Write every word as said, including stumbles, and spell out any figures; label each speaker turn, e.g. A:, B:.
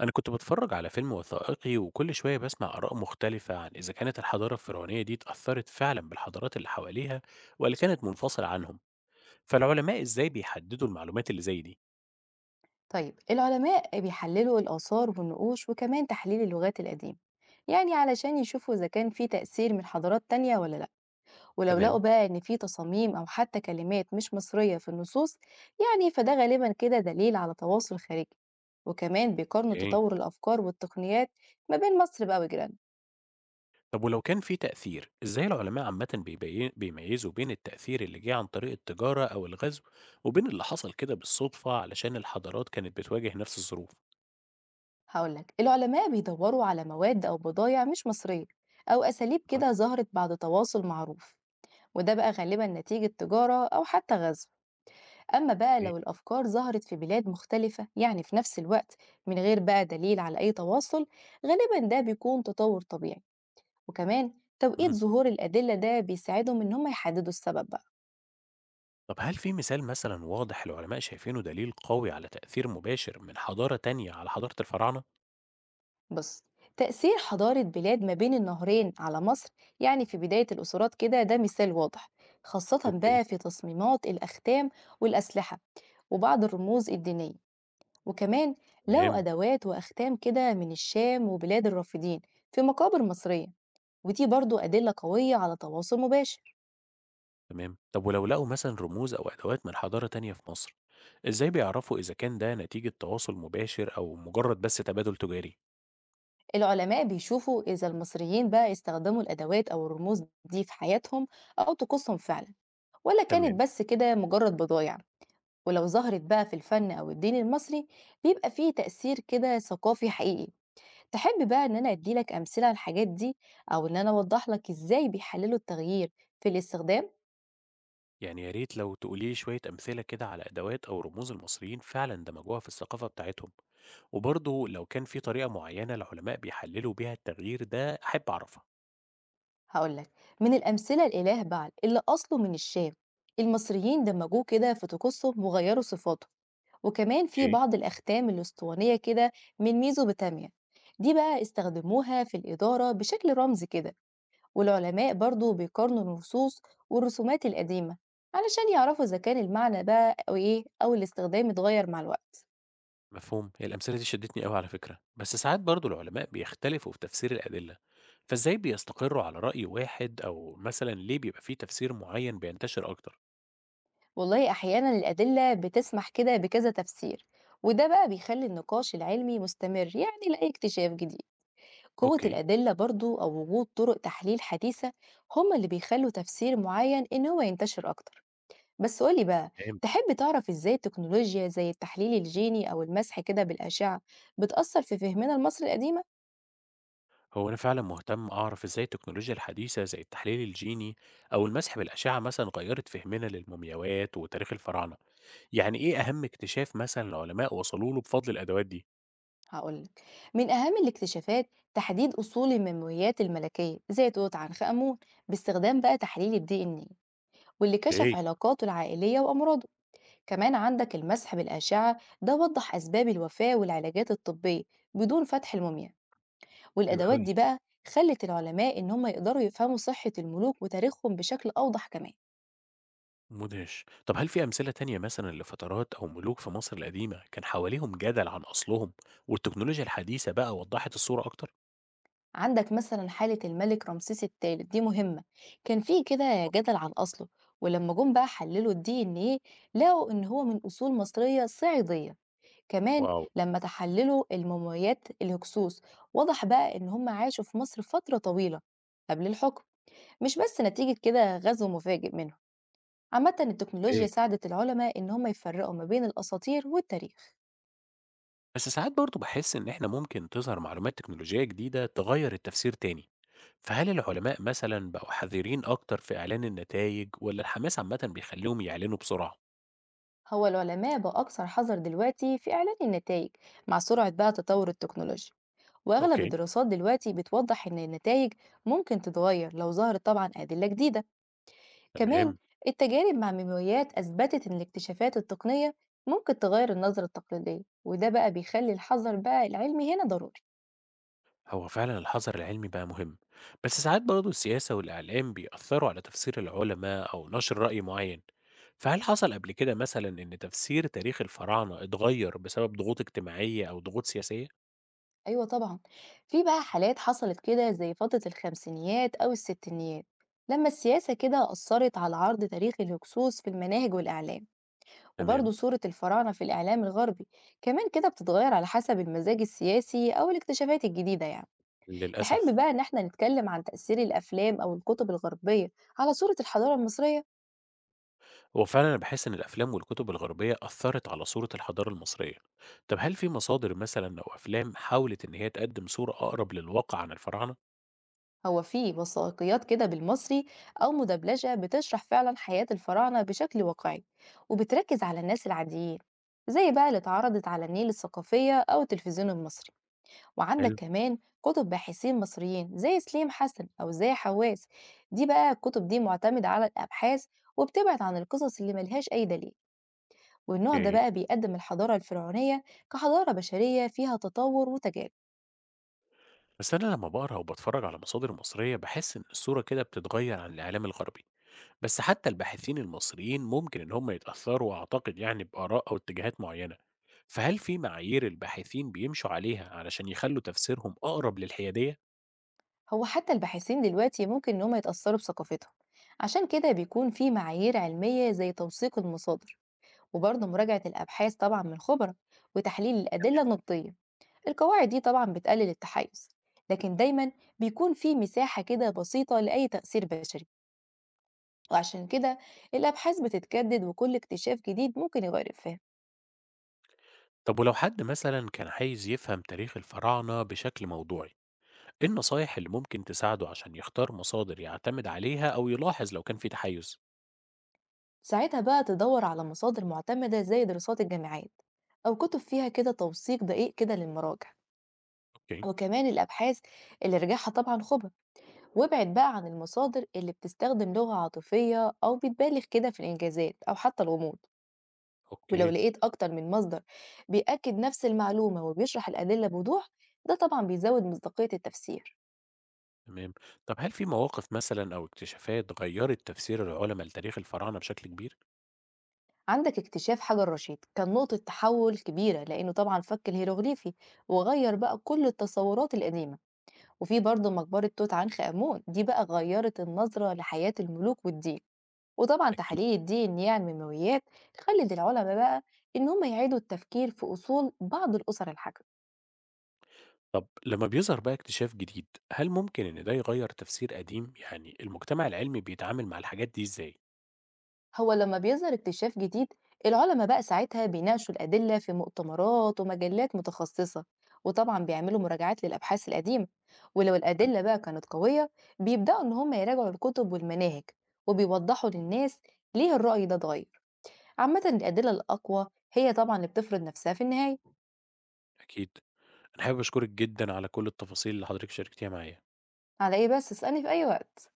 A: أنا كنت بتفرج على فيلم وثائقي وكل شوية بسمع آراء مختلفة عن إذا كانت الحضارة الفرعونية دي اتأثرت فعلا بالحضارات اللي حواليها ولا كانت منفصلة عنهم، فالعلماء إزاي بيحددوا المعلومات اللي زي دي؟
B: طيب، العلماء بيحللوا الآثار والنقوش وكمان تحليل اللغات القديمة، يعني علشان يشوفوا إذا كان في تأثير من حضارات تانية ولا لأ. ولو لقوا
A: تمام.
B: بقى إن في تصاميم أو حتى كلمات مش مصرية في النصوص، يعني فده غالبا كده دليل على تواصل خارجي. وكمان بيقارنوا
A: إيه.
B: تطور الأفكار والتقنيات ما بين مصر بقى وجيرانها.
A: طب ولو كان في تأثير، إزاي العلماء عامة بيبي- بيميزوا بين التأثير اللي جه عن طريق التجارة أو الغزو وبين اللي حصل كده بالصدفة علشان الحضارات كانت بتواجه نفس الظروف؟
B: هقولك، العلماء بيدوروا على مواد أو بضايع مش مصرية، أو أساليب
A: أه؟
B: كده ظهرت بعد تواصل معروف، وده بقى غالبا نتيجة تجارة أو حتى غزو. أما بقى
A: إيه؟
B: لو الأفكار ظهرت في بلاد مختلفة يعني في نفس الوقت من غير بقى دليل على أي تواصل، غالبا ده بيكون تطور طبيعي. وكمان توقيت ظهور الأدلة ده بيساعدهم إن هم يحددوا السبب بقى.
A: طب هل في مثال مثلا واضح العلماء شايفينه دليل قوي على تأثير مباشر من حضارة تانية على حضارة الفراعنة؟
B: بص، تأثير حضارة بلاد ما بين النهرين على مصر يعني في بداية الأسرات كده ده مثال واضح، خاصة
A: اوكي.
B: بقى في تصميمات الأختام والأسلحة وبعض الرموز الدينية. وكمان لو
A: تمام.
B: أدوات وأختام كده من الشام وبلاد الرافدين في مقابر مصرية، ودي برضو أدلة قوية على تواصل مباشر.
A: تمام. طب ولو لقوا مثلا رموز أو أدوات من حضارة تانية في مصر، إزاي بيعرفوا إذا كان ده نتيجة تواصل مباشر أو مجرد بس تبادل تجاري؟
B: العلماء بيشوفوا إذا المصريين بقى استخدموا الأدوات أو الرموز دي في حياتهم أو طقوسهم فعلا، ولا كانت
A: تمام.
B: بس كده مجرد بضايع. ولو ظهرت بقى في الفن أو الدين المصري، بيبقى فيه تأثير كده ثقافي حقيقي. تحب بقى إن أنا أديلك أمثلة على الحاجات دي، أو إن أنا أوضح لك إزاي بيحللوا التغيير في الاستخدام؟
A: يعني يا ريت لو تقولي شوية أمثلة كده على أدوات أو رموز المصريين فعلا دمجوها في الثقافة بتاعتهم، وبرضه لو كان في طريقة معينة العلماء بيحللوا بيها التغيير ده أحب أعرفها.
B: هقولك، من الأمثلة الإله بعل اللي أصله من الشام، المصريين دمجوه كده في طقوسهم وغيروا صفاته. وكمان في بعض الأختام الأسطوانية كده من ميزوبوتاميا، دي بقى استخدموها في الإدارة بشكل رمزي كده. والعلماء برضو بيقارنوا النصوص والرسومات القديمة علشان يعرفوا إذا كان المعنى بقى أو إيه أو الاستخدام اتغير مع الوقت.
A: مفهوم. هي الأمثلة دي شدتني قوي على فكرة، بس ساعات برضو العلماء بيختلفوا في تفسير الأدلة، فإزاي بيستقروا على رأي واحد، أو مثلا ليه بيبقى فيه تفسير معين بينتشر أكتر؟
B: والله أحيانا الأدلة بتسمح كده بكذا تفسير، وده بقى بيخلي النقاش العلمي مستمر يعني لأي اكتشاف جديد. قوة
A: أوكي.
B: الأدلة برضو أو وجود طرق تحليل حديثة هما اللي بيخلوا تفسير معين إن هو ينتشر أكتر. بس قولي بقى،
A: فهمت.
B: تحب تعرف ازاي التكنولوجيا زي التحليل الجيني او المسح كده بالأشعة بتأثر في فهمنا لمصر القديمة؟
A: هو أنا فعلا مهتم أعرف إزاي التكنولوجيا الحديثة زي التحليل الجيني أو المسح بالأشعة مثلا غيرت فهمنا للمومياوات وتاريخ الفراعنة. يعني إيه أهم اكتشاف مثلا العلماء وصلوا له بفضل الأدوات دي؟
B: هقولك، من أهم الاكتشافات تحديد أصول الممويات الملكية زي توت عنخ آمون، باستخدام بقى تحليل الدي إن إيه، واللي
A: إيه.
B: كشف علاقاته العائلية وأمراضه. كمان عندك المسح بالأشعة ده وضح أسباب الوفاة والعلاجات الطبية بدون فتح الموميا.
A: حلو
B: والأدوات
A: قوي.
B: دي بقى خلت العلماء إن هم يقدروا يفهموا صحة الملوك وتاريخهم بشكل أوضح. كمان
A: مدهش. طب هل في أمثلة تانية مثلًا لفترات أو ملوك في مصر القديمة كان حواليهم جدل عن أصلهم، والتكنولوجيا الحديثة بقى وضّحت الصورة أكتر؟
B: عندك مثلا حالة الملك رمسيس الثالث دي مهمة، كان في كده جدل عن أصله، ولما جم بقى حللوا الدي ان ايه لقوا ان هو من أصول مصرية صعيدية. كمان
A: واو!
B: لما تحللوا الموميات الهكسوس، وضح بقى ان هم عاشوا في مصر فترة طويلة قبل الحكم، مش بس نتيجة كده غزو مفاجئ منهم. عامة التكنولوجيا
A: إيه؟
B: ساعدت العلماء ان هم يفرقوا ما بين الأساطير والتاريخ.
A: بس ساعات برضه باحس إن إحنا ممكن تظهر معلومات تكنولوجية جديدة تغيّر التفسير تاني، فهل العلماء مثلًا بقوا حذرين أكتر في إعلان النتايج والّا الحماس عامةً بيخلّيهم يعلنوا بسرعة؟
B: هو العلماء بأكثر حذر دلوقتي في إعلان النتائج، مع سرعة بقى تطور التكنولوجيا. وأغلب
A: أوكي،
B: الدراسات دلوقتي بتوضح إن النتائج ممكن تتغير لو ظهرت طبعا أدلة جديدة. كمان
A: تمام.
B: التجارب مع ميماويات أثبتت إن الاكتشافات التقنية ممكن تغير النظرة التقليدية، وده بقى بيخلي الحذر بقى العلمي هنا ضروري.
A: هو فعلا الحذر العلمي بقى مهم، بس ساعات برضه السياسة والإعلام بيأثروا على تفسير العلماء أو نشر رأي معين، فهل حصل قبل كده مثلا إن تفسير تاريخ الفراعنة اتغير بسبب ضغوط اجتماعية أو ضغوط سياسية؟
B: أيوة طبعا، في بقى حالات حصلت كده زي فترة الخمسينيات أو الستينيات، لما السياسة كده أثرت على عرض تاريخ الهكسوس في المناهج والإعلام. وبرضه
A: تمام.
B: صورة الفراعنة في الإعلام الغربي كمان كده بتتغير على حسب المزاج السياسي أو الاكتشافات الجديدة يعني.
A: للأسف.
B: تحب بقى إن إحنا نتكلم عن تأثير الأفلام أو الكتب الغربية على صورة الحضارة المصرية؟
A: هو فعلا أنا بحس إن الأفلام والكتب الغربية أثرت على صورة الحضارة المصرية. طب هل في مصادر مثلا أو أفلام حاولت إن هي تقدم صورة أقرب للواقع عن الفراعنة؟
B: هو في وثائقيات كده بالمصري أو مدبلجة بتشرح فعلا حياة الفراعنة بشكل واقعي، وبتركز على الناس العاديين، زي بقى اللي اتعرضت على النيل الثقافية أو التلفزيون المصري. وعندك
A: حلو.
B: كمان كتب باحثين مصريين زي سليم حسن أو زي حواس، دي بقى الكتب دي معتمدة على الأبحاث وبتبعد عن القصص اللي ملهاش أي دليل. والنوع ده
A: اوكي.
B: بقى بيقدم الحضارة الفرعونية كحضارة بشرية فيها تطور وتجارب.
A: بس أنا لما بقرأ وبتفرج على مصادر مصرية بحس إن الصورة كده بتتغير عن الإعلام الغربي، بس حتى الباحثين المصريين ممكن إن هم يتأثروا أعتقد يعني بآراء أو اتجاهات معينة، فهل في معايير الباحثين بيمشوا عليها علشان يخلوا تفسيرهم أقرب للحيادية؟
B: هو حتى الباحثين دلوقتي ممكن إن هم يتأثروا بثقافتهم، عشان كده بيكون في معايير علمية زي توثيق المصادر وبرضه مراجعة الأبحاث طبعا من خبراء وتحليل الأدلة النقدية. القواعد دي طبعا بتقلل التحيز، لكن دايما بيكون في مساحة كده بسيطة لأي تأثير بشري. وعشان كده الأبحاث بتتجدد، وكل اكتشاف جديد ممكن يغير الفهم.
A: طب ولو حد مثلا كان عايز يفهم تاريخ الفراعنة بشكل موضوعي، إيه النصايح اللي ممكن تساعده عشان يختار مصادر يعتمد عليها أو يلاحظ لو كان في تحيز؟
B: ساعتها بقى تدور على مصادر معتمدة زي دراسات الجامعات، أو كتب فيها كده توثيق دقيق كده للمراجع.
A: أوكي.
B: وكمان الأبحاث اللي رجعها طبعا خبر. وابعد بقى عن المصادر اللي بتستخدم لغة عاطفية أو بتبالغ كده في الإنجازات أو حتى الغموض. ولو
A: أوكي.
B: لقيت أكتر من مصدر بيأكد نفس المعلومة وبيشرح الأدلة بوضوح، ده طبعا بيزود مصداقية التفسير.
A: تمام. طب هل في مواقف مثلا أو اكتشافات غيرت تفسير العلماء لتاريخ الفراعنة بشكل كبير؟
B: عندك اكتشاف حجر رشيد كان نقطة تحول كبيرة، لأنه طبعا فك الهيروغليفي وغير بقى كل التصورات القديمة. وفي برضه مقبرة توت عنخ آمون دي بقى غيرت النظرة لحياة الملوك والدين. وطبعا
A: أكيد.
B: تحاليل الدي إن إيه على المنويات خلت العلماء بقى إن هم يعيدوا التفكير في أصول بعض الأسر الحاكمة.
A: طب لما بيظهر بقى اكتشاف جديد، هل ممكن إن ده يغيّر تفسير قديم؟ يعني المجتمع العلمي بيتعامل مع الحاجات دي إزاي؟
B: هو لما بيظهر اكتشاف جديد، العلماء بقى ساعتها بيناقشوا الأدلة في مؤتمرات ومجلات متخصصة، وطبعا بيعملوا مراجعات للأبحاث القديمة. ولو
A: تمام.
B: الأدلة بقى كانت قوية، بيبدأوا إن هم يراجعوا الكتب والمناهج، وبيوضحوا للناس ليه الرأي ده اتغير. عامةً الأدلة الأقوى هي طبعًا اللي بتفرض نفسها في النهاية.
A: أكيد. أنا حابب أشكرِك جدًا على كل التفاصيل اللي حضرتِك شاركتيها معايا.
B: على إيه بس، اسألني في أي وقت.